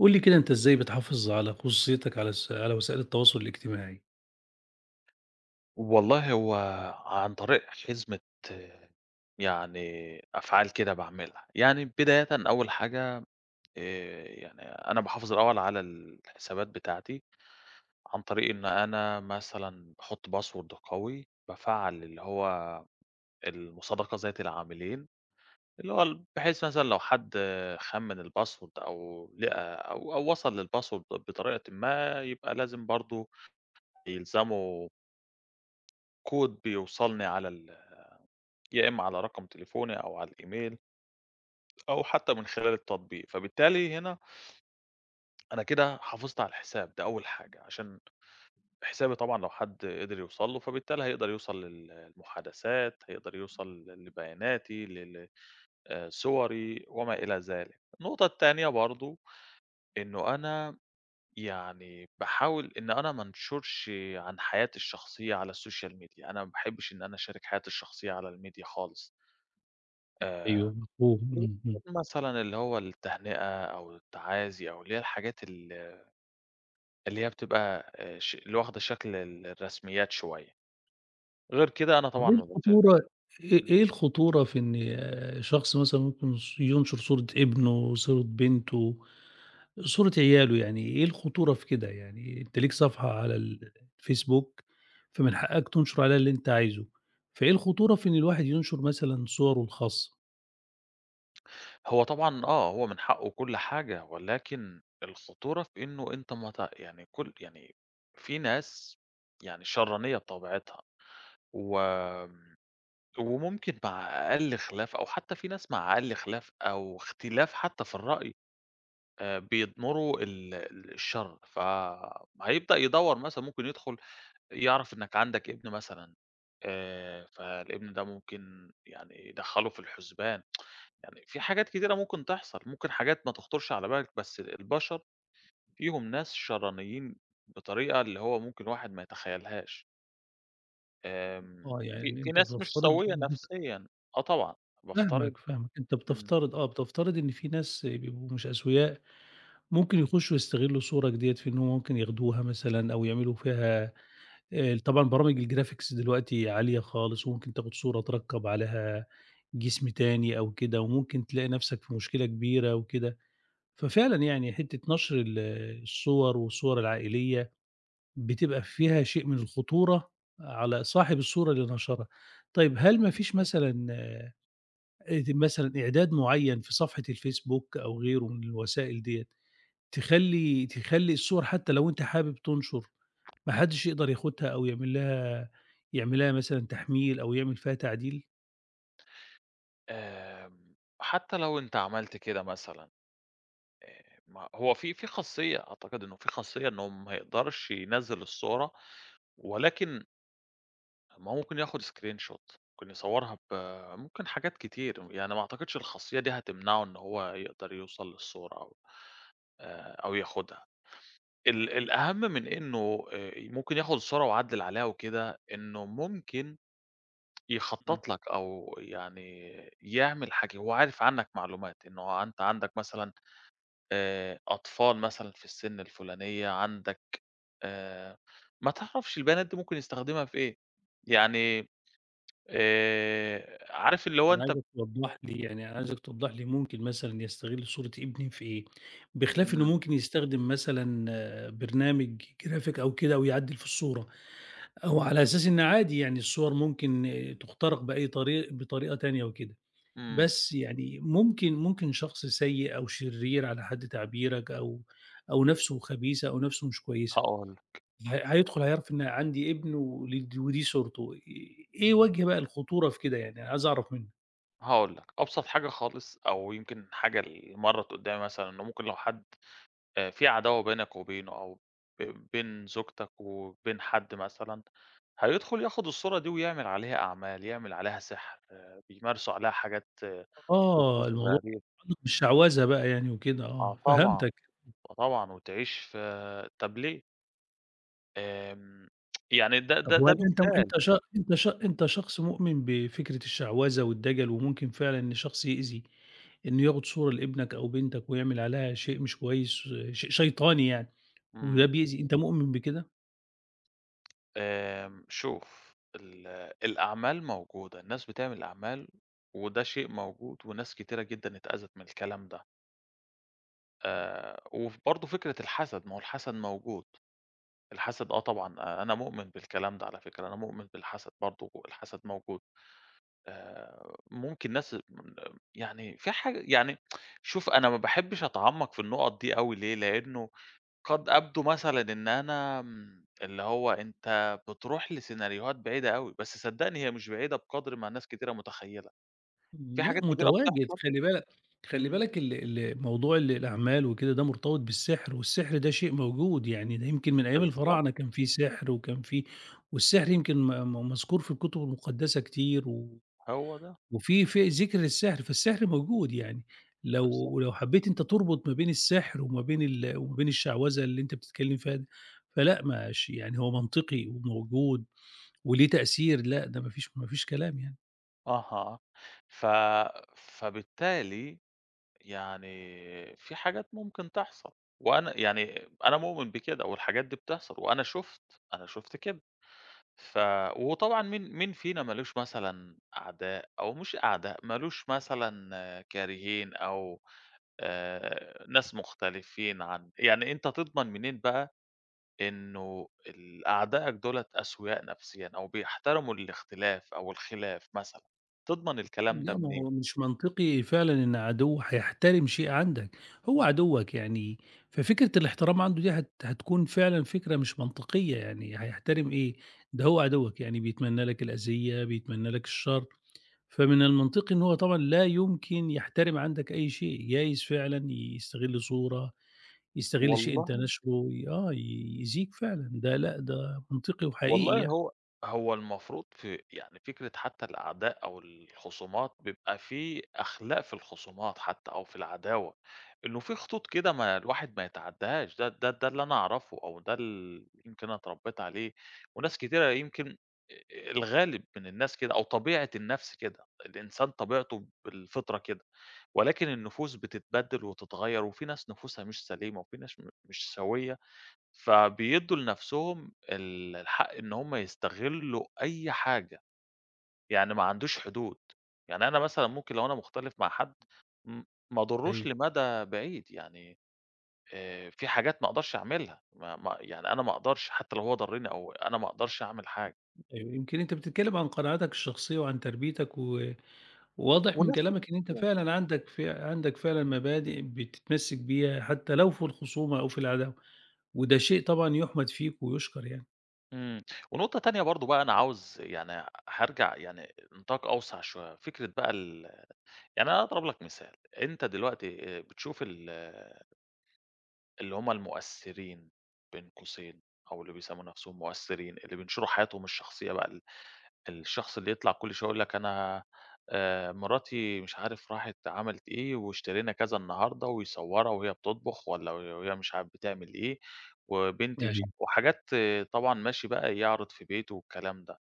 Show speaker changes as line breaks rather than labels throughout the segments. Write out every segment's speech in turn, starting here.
قُل لي كده أنت إزاي بتحافظ على خصوصيتك على وسائل التواصل الاجتماعي؟
والله هو عن طريق حزمة، آه، يعني أفعال كده باعملها. يعني بدايةً أول حاجة، يعني أنا باحافظ الأول على الحسابات بتاعتي، عن طريق إن أنا مثلًا باحط password قوي، بافعّل اللي هو المصادقة ذات العاملين، اللي هو بحيث مثلًا لو حد خمّن الpassword أو لقى أو وصل للpassword بطريقةٍ ما، يبقى لازم برضه يلزمه كود بيوصلني على ال يا إما على رقم تليفوني أو على الإيميل أو حتى من خلال التطبيق. فبالتالي هنا أنا كده حافظت على الحساب ده أول حاجة، عشان حسابي طبعًا لو حد قدر يوصل له فبالتالي هيقدر يوصل للمحادثات، هيقدر يوصل لبياناتي لل صوري وما إلى ذلك. النقطة التانية برضه إنه أنا يعني باحاول إن أنا ما انشرش عن حياتي الشخصية على السوشيال ميديا. أنا ما باحبش إن أنا أشارك حياتي الشخصية على الميديا خالص. آآ
أيوه، مفهوم. اهم.
مثلًا اللي هو التهنئة أو التعازي أو اللي هي الحاجات اللي هي بتبقى ش اللي واخدة شكل الرسميات شوية. غير كده أنا
طب
طبعًا
إيه
ما باشارك
الخطورة إيه
إمم.
إيه الخطورة في إن شخص مثلًا ممكن ينشر صورة ابنه، صورة بنته، صورة عياله يعني، إيه الخطورة في كده يعني؟ أنت ليك صفحة على الفيسبوك، فمن حقك تنشر عليها اللي أنت عايزه، فإيه الخطورة في إن الواحد ينشر مثلًا صوره الخاصة؟
هو طبعًا، هو من حقّه كل حاجة، ولكن الخطورة في إنه أنت ما ت يعني كل يعني في ناس يعني شرانية بطبيعتها، و وممكن مع أقل خلاف، أو حتى في ناس مع أقل خلاف أو اختلاف حتى في الرأي، بيضمروا ال ال الشر. فهيبدأ يدوّر، مثلًا ممكن يدخل يعرف إنك عندك ابن مثلًا. فالابن ده ممكن يعني يدخّله في الحُسبان. يعني في حاجات كتيرة ممكن تحصل، ممكن حاجات ما تخطرش على بالك، بس البشر فيهم ناس شرانيين بطريقة اللي هو ممكن الواحد ما يتخيّلهاش. في
يعني
في
أنت
ناس مش
بتفترض.
سوية نفسيًا. آه طبعًا، بافترض.
فاهمك، فاهمك، أنت
إمم.
بتفترض إن في ناس بيبقوا مش أسوياء ممكن يخشوا يستغلوا صورك ديّة في إن هُم ممكن ياخدوها مثلًا أو يعملوا فيها. طبعًا برامج الgraphics دلوقتي عالية خالص وممكن تاخد صورة تركّب عليها جسم تاني أو كده، وممكن تلاقي نَفْسك في مشكلة كبيرة وكده. ففعلًا يعني حتّة نشر الصور والصور العائلية بتبقى فيها شيء من الخطورة على صاحب الصورة اللي نشرها. طيب هل ما فيش مثلًا إعداد معيّن في صفحة الفيسبوك أو غيره من الوسائل ديّة تخلّي الصور حتى لو أنت حابب تنشر، ما حدّش يقدر ياخدها أو يعمل لها مثلًا تحميل أو يعمل فيها تعديل؟
آمم. حتى لو أنت عملت كده مثلًا، ما هو في خاصية، أعتقد إنه في خاصية إنه ما يقدرش ينزّل الصورة، ولكن ما هو ممكن ياخد screenshot، ممكن يصوّرها ممكن حاجات كتير. يعني ما أعتقدش الخاصية دي هتمنعه إن هو يقدر يوصل للصورة أو ياخدها. الأهم من إنه ممكن ياخد الصورة ويعدّل عليها وكده، إنه ممكن
إمم.
يخطّط لك، أو يعني يعمل حاجة هو عارف عنّك معلومات، إنه أنت عندك مثلًا، أطفال مثلًا في السِن الفُلانية، عندك، آآ، ما تعرفش البيانات دي ممكن يستخدمها في إيه. يعني عارف اللي هو
أنا
أنت.
عايزك توضّح لي يعني انا عايزك توضّح لي ممكن مثلًا يستغل صورة ابني في إيه؟ بخلاف إنه
إمم.
ممكن يستخدم مثلًا برنامج graphic أو كده ويعدّل في الصورة، أو على أساس إن عادي يعني الصور ممكن تُخترق بأي طريق بطريقة تانية وكده.
إمم.
بس يعني ممكن شخص سيء أو شرير على حد تعبيرك أو نَفْسه خبيثة أو نَفْسه مش كويسة،
هاقول لك.
هيدخل هيعرف إن عندي ابن ودي صورته، إيه وجه بقى الخطورة في كده يعني؟ عايز أعرف منّك.
هاقول لك، أبسط حاجة خالص أو يمكن حاجة اللي مرّت قدّامي، مثلًا إنه ممكن لو حد، في عداوة بينك وبينه، أو ب بين زوجتك وبين حد مثلًا، هيدخل ياخد الصورة دي ويعمل عليها أعمال، يعمل عليها سحر. بيمارسوا عليها حاجات،
آه،
طقوس
الموضوع
غريبة.
مش شعوذة بقى يعني وكده،
آه طبعًا.
فهمتك.
آه طبعًا، وتعيش في، طب ليه؟ آمم، يعني
طب هو
ده
أنت
مثال.
أنت ش أنت ش
إمم.
أنت شخص مؤمن بفكرة الشعوذة والدجل، وممكن فعلًا إن شخص يأذي، إنه ياخد صورة لابنك أو بنتك ويعمل عليها شيء مش كويس، شيطاني يعني، وده
آمم.
بيأذي؟ أنت مؤمن بكده؟
آمم. شوف الأعمال موجودة، الناس بتعمل أعمال، وده شيء موجود، وناس كتيرة جدًا اتأذت من الكلام ده. وف برضه فكرة الحسد، ما هو الحسد موجود، الحسد آه طبعًا، أنا مؤمن بالكلام ده على فكرة، أنا مؤمن بالحسد برضه، الحسد موجود. ممكن ناس يعني في حاجة يعني شوف أنا ما باحبش أتعمّق في النقط دي أوي ليه، لإنه قد أبدو مثلًا إن أنا، اللي هو أنت بتروح لسيناريوهات بعيدة أوي، بس صدّقني هي مش بعيدة بقدر ما ناس كتيرة متخيّلة. في
لأ،
حاجات كتيرة
متواجد.
بتحصل.
خلي بالك، خلي
إمم.
بالك ال ال موضوع الأعمال وكده ده مرتبط بالسحر، والسحر ده شيء موجود يعني، ده يمكن من أيام
بالضبط.
الفراعنة كان في سحر وكان في والسحر يمكن م م مذكور في الكتب المقدسة كتير، و
هو ده.
وفي في ذكر للسحر، فالسحر موجود يعني.
بالضبط.
لو حبّيت أنت تربط ما بين السحر وما بين الشعوذة اللي أنت بتتكلّم فيها دي، فلأ، يعني هو منطقي وموجود وليه تأثير، لأ ده ما فيش كلام يعني.
أها. ف فبالتالي يعني في حاجات ممكن تحصل، وأنا يعني أنا مؤمن بكده والحاجات دي بتحصل، وأنا شُفت، أنا شُفت كده. ف وطبعًا مين مين فينا مالوش مثلًا أعداء أو مش أعداء، مالوش مثلًا، كارهين، أو ناس مختلفين عن، يعني أنت تضمن منين بقى إنه أعدائك دُولة أسوياء نفسيًا، أو بيحترموا الاختلاف أو الخلاف مثلًا. تضمن الكلام ده
لأ، ما
منين؟
هو مش منطقي فعلًا إن عدو هيحترم شيء عندك، هو عدوّك يعني، ففكرة الاحترام عنده دي هتكون فعلًا فكرة مش منطقية، يعني هيحترم إيه؟ ده هو عدوّك، يعني بيتمنّى لك الأذية، بيتمنّى لك الشر. فمن المنطقي إن هو طبعًا لا يمكن يحترم عندك أي شيء، جايز فعلًا يستغل صورة، يستغل شيء أنت
والله
ناشره، ي آه، يأذيك فعلًا، ده لأ، ده منطقي وحقيقي
والله
يعني.
هو المفروض في يعني فكرة، حتى الأعداء أو الخصومات بيبقى في أخلاق في الخصومات، حتى أو في العداوة، إنه في خطوط كده ما الواحد ما يتعداهاش. ده اللي أنا أعرفه، أو ده اللي يمكن أنا اتربيت عليه، وناس كتيرة يمكن الغالب من الناس كده، أو طبيعة النفس كده، الإنسان طبيعته بالفطرة كده، ولكن النفوس بتتبدل وتتغير، وفي ناس نفوسها مش سليمة، وفي ناس مش سوية، فبيدّوا لنَفْسهم الحق إن هم يستغلّوا أي حاجة. يعني ما عندوش حدود. يعني أنا مثلًا ممكن لو أنا مختلف مع حد، م ما أضُرّوش
أيوه.
لمدى بعيد. يعني في حاجات ما أقدرش أعملها، ما يعني أنا ما أقدرش، حتّى لو هو ضرّني، أو أنا ما أقدرش أعمل حاجة.
أيوه، يمكن أنت بتتكلم عن قناعاتك الشخصية وعن تربيتك، وواضح من
وناس كده.
كلامك إن أنت فعلًا عندك، عندك فعلًا
إمم.
مبادئ بتتمسك بيها حتى لو في الخصومة أو في العداوة، وده شيء طبعًا يُحمد فيك ويُشكر يعني.
إمم. ونقطة تانية برضه بقى، أنا عاوز يعني هارجع يعني نطاق أوسع شوية، فكرة بقى يعني أنا أضرب لك مثال. أنت دلوقتي بتشوف اللي هم المؤثّرين بين قوسين، أو اللي بيسموا نفسهم مؤثّرين، اللي بينشروا حياتهم الشخصية بقى. الشخص اللي يطلع كل شوية يقول لك أنا مراتي مش عارف راحت عملت إيه، واشترينا كذا النهارده، ويصورها وهي بتطبخ، والّا وهي مش عارف بتعمل إيه، وبنتي مش
أيوه.
وحاجات، طبعًا ماشي بقى يعرض في بيته والكلام ده.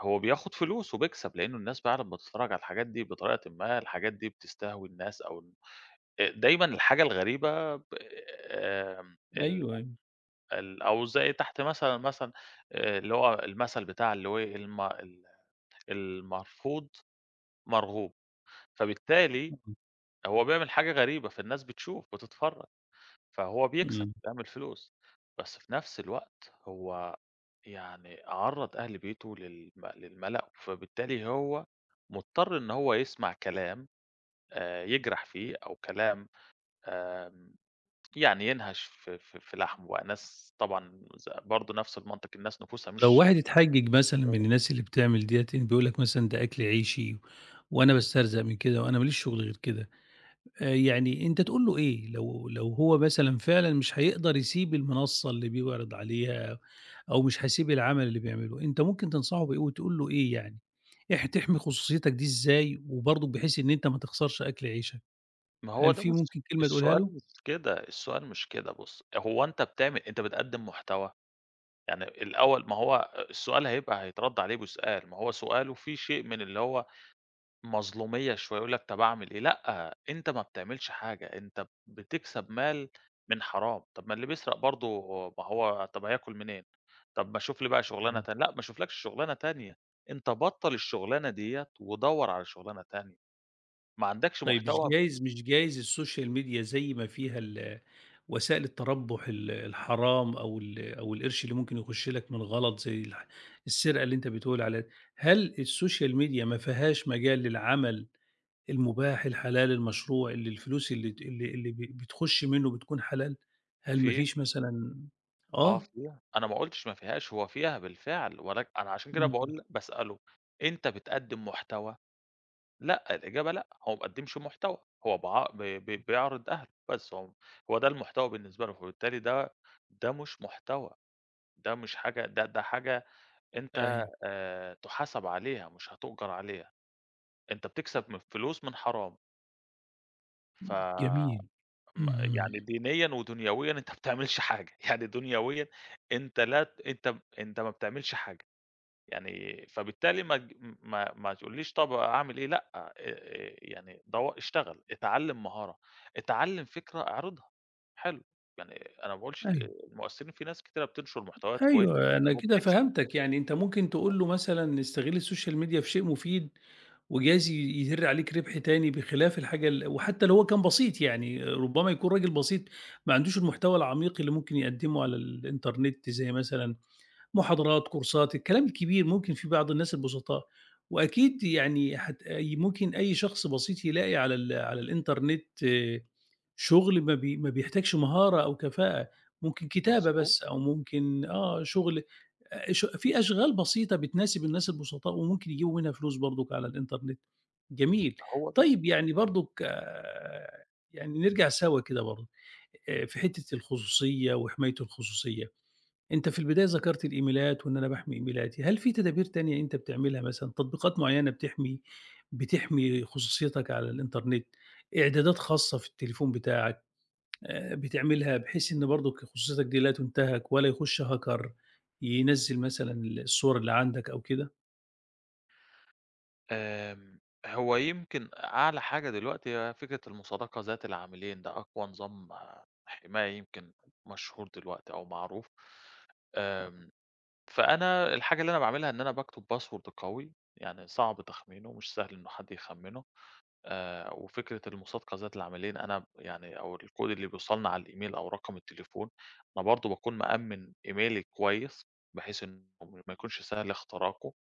هو بياخد فلوس وبيكسب، لإنه الناس بقى لمّا بتتفرّج على الحاجات دي بطريقةٍ ما، الحاجات دي بتستهوي الناس، أو ال دايمًا الحاجة الغريبة ب آمم ال
أيوه، أيوه.
ال أو زي تحت مثلًا، اللي هو المثل بتاع اللي هو إيه، المرفوض مرغوب. فبالتالي
إمم.
هو بيعمل حاجة غريبة، فالناس بتشوف، بتتفرّج، فهو بيكسب،
إمم.
بيعمل فلوس. بس في نفس الوقت هو يعني عرّض أهل بيته للملأ، فبالتالي هو مضطر إن هو يسمع كلام يجرح فيه، أو كلام آمم يعني ينهش في لحمه بقى. ناس طبعًا برضه نفس المنطق، الناس نفوسها
لو
مش،
واحد اتحجج مثلًا من الناس اللي بتعمل ديّة، بيقول لك مثلًا ده أكل عيشي وأنا باسترزق من كده وأنا ما ليش شغل غير كده، يعني أنت تقول له إيه؟ لو هو مثلًا فعلًا مش هيقدر يسيب المنصة اللي بيعرض عليها أو مش هيسيب العمل اللي بيعمله، أنت ممكن تنصحه بإيه وتقول له إيه يعني؟ تحمي خصوصيتك دي إزاي وبرضه بحيث إن أنت ما تخسرش أكل عيشك؟
ما هو
هل
ده
في
بُص.
ممكن كلمة تقولها
السؤال
له؟
مش كده، السؤال مش كده بُص. هو أنت بتقدّم محتوى؟ يعني الأول ما هو السؤال هيبقى هيترد عليه بسؤال، ما هو سؤاله فيه شيء من اللي هو مظلومية شوية، يقول لك طب أعمل إيه؟ لأ، أنت ما بتعملش حاجة، أنت بتكسب مال من حرام. طب ما اللي بيسرق برضه، ما هو طب هياكل منين؟ طب ما شوف لي بقى شغلانة تانية. لأ، ما اشوفلكش شغلانة تانية. أنت بطّل الشغلانة ديّة ودوّر على شغلانة تانية، ما عندكش
طيب، مش
محتوى.
جايز مش جايز السوشيال ميديا زي ما فيها وسائل التربُّح، الحرام، أو القرش اللي ممكن يخُش لك من غلط زي السرقة اللي أنت بتقول عليها، هل السوشيال ميديا ما فيهاش مجال للعمل المباح، الحلال، المشروع، اللي الفلوس اللي ت اللي اللي ب بتخُش منه بتكون حلال؟ هل ما
في
فيش مثلًا؟
آه
آه.
فيها، أنا ما قُلتش ما فيهاش، هو فيها بالفعل. ولك أنا عشان كده
إمم.
باقول باسأله: أنت بتقدّم محتوى؟ لأ، الإجابة لأ، هو ما بيقدّمش محتوى، هو باع ب ب بيعرض أهله بس. هو ده المحتوى بالنسبة له. فبالتالي ده مش محتوى، ده مش حاجة، ده حاجة أنت
أيوه.
تُحاسب عليها، مش هتؤجر عليها. أنت بتكسب من فلوس من حرام. ف
جميل.
م
إمم.
يعني دينيًا ودنيويًا أنت ما بتعملش حاجة. يعني دنيويًا أنت لا ت أنت ما بتعملش حاجة. يعني فبالتالي ما تقوليش طب أعمل إيه. لأ، يعني اشتغل، اتعلّم مهارة، اتعلّم فكرة اعرضها. حلو. يعني أنا ما باقولش
أيوه.
المؤثرين في ناس كتيرة بتنشر محتويات كويسة
أيوه،
جدًا
أنا كده
وبتكسب.
فهمتك، يعني أنت ممكن
آه.
تقول له مثلًا استغل السوشيال ميديا في شيء مفيد، وجايز يدِر عليك ربح تاني بخلاف الحاجة، وحتى لو هو كان بسيط يعني، ربما يكون راجل بسيط ما عندوش المحتوى العميق اللي ممكن يقدّمه على الإنترنت، زي مثلًا محاضرات، كورسات، الكلام الكبير ممكن في بعض الناس البسطاء، وأكيد يعني ممكن أي شخص بسيط يلاقي على الإنترنت شغل ما بيحتاجش مهارة أو كفاءة، ممكن كتابة
مضبوط.
بس أو ممكن آه، شغل ش في أشغال بسيطة بتناسب الناس البسطاء وممكن يجيبوا منها فلوس برضُك على الإنترنت. جميل.
هو ده.
طيب يعني برضُك، يعني نرجع سوا كده برضه،
إمم.
في حتّة الخصوصية وحماية الخصوصية، أنت في البداية ذكرت الإيميلات وإن أنا باحمي إيميلاتي، هل في تدابير تانية أنت بتعملها مثلًا، تطبيقات معيّنة بتحمي خصوصيتك على الإنترنت، إعدادات خاصة في التليفون بتاعك؟ بتعملها بحيث إن برضُك خصوصيتك دي لا تُنتهك ولا يخُش hacker ينزّل مثلًا الصور اللي عندك أو كده.
آمم، هو يمكن أعلى حاجة دلوقتي هي فكرة المصادقة ذات العاملين. ده أقوى نظام حماية يمكن مشهور دلوقتي أو معروف. آمم فأنا الحاجة اللي أنا باعملها إن أنا باكتب password قوي، يعني صعب تخمينه، مش سهل إنه حد يخمّنه. وفكرة المُصادقة ذات العاملين، أنا يعني أو الكود اللي بيوصلنا على الإيميل أو رقم التليفون، أنا برضه باكون مأمِّن إيميلي كويس، بحيث إنه ما يكونش سهل اختراقه.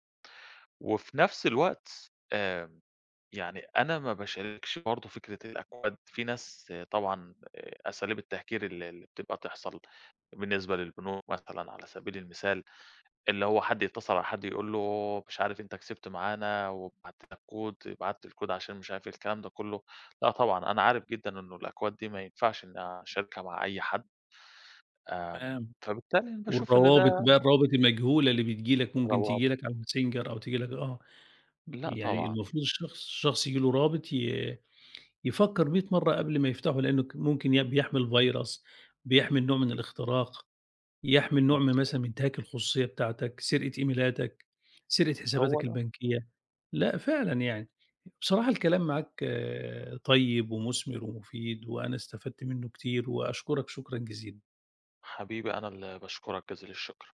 وفي نفس الوقت آمم يعني أنا ما باشاركش برضه فكرة الأكواد. في ناس طبعًا، أساليب التهكير اللي بتبقى تحصل بالنسبة للبنوك مثلًا، على سبيل المثال اللي هو حد يتصل على حد يقول له مش عارف أنت كسبت معانا وبعت لك كود، بعت الكود عشان مش عارف إيه، الكلام ده كله. لأ طبعًا، أنا عارف جدًا إنه الأكواد دي ما ينفعش إني أشاركها مع أي حد.
تمام.
فبالتالي أنا باشوف إن ده،
والروابط بقى، الروابط المجهولة اللي بتيجي لك، ممكن تيجي
روابط،
لك على messenger أو تيجي لك،
لأ
يعني
طبعًا.
المفروض الشخص ييجي له رابط، يفكّر 100 مرّة قبل ما يفتحه، لإنه ممكن بيحمل فيروس، بيحمل نوع من الاختراق، يحمل نوع من مثلًا
مضبوط.
من انتهاك الخصوصية بتاعتك، سرقة إيميلاتك، سرقة
هو
حساباتك
ده.
البنكية. لأ، فعلًا يعني. بصراحة الكلام معاك طيب ومُثمر ومفيد، وأنا استفدت منه كتير وأشكرك شكرًا جزيلًا.
حبيبي، أنا اللي باشكرك جزيل الشكر.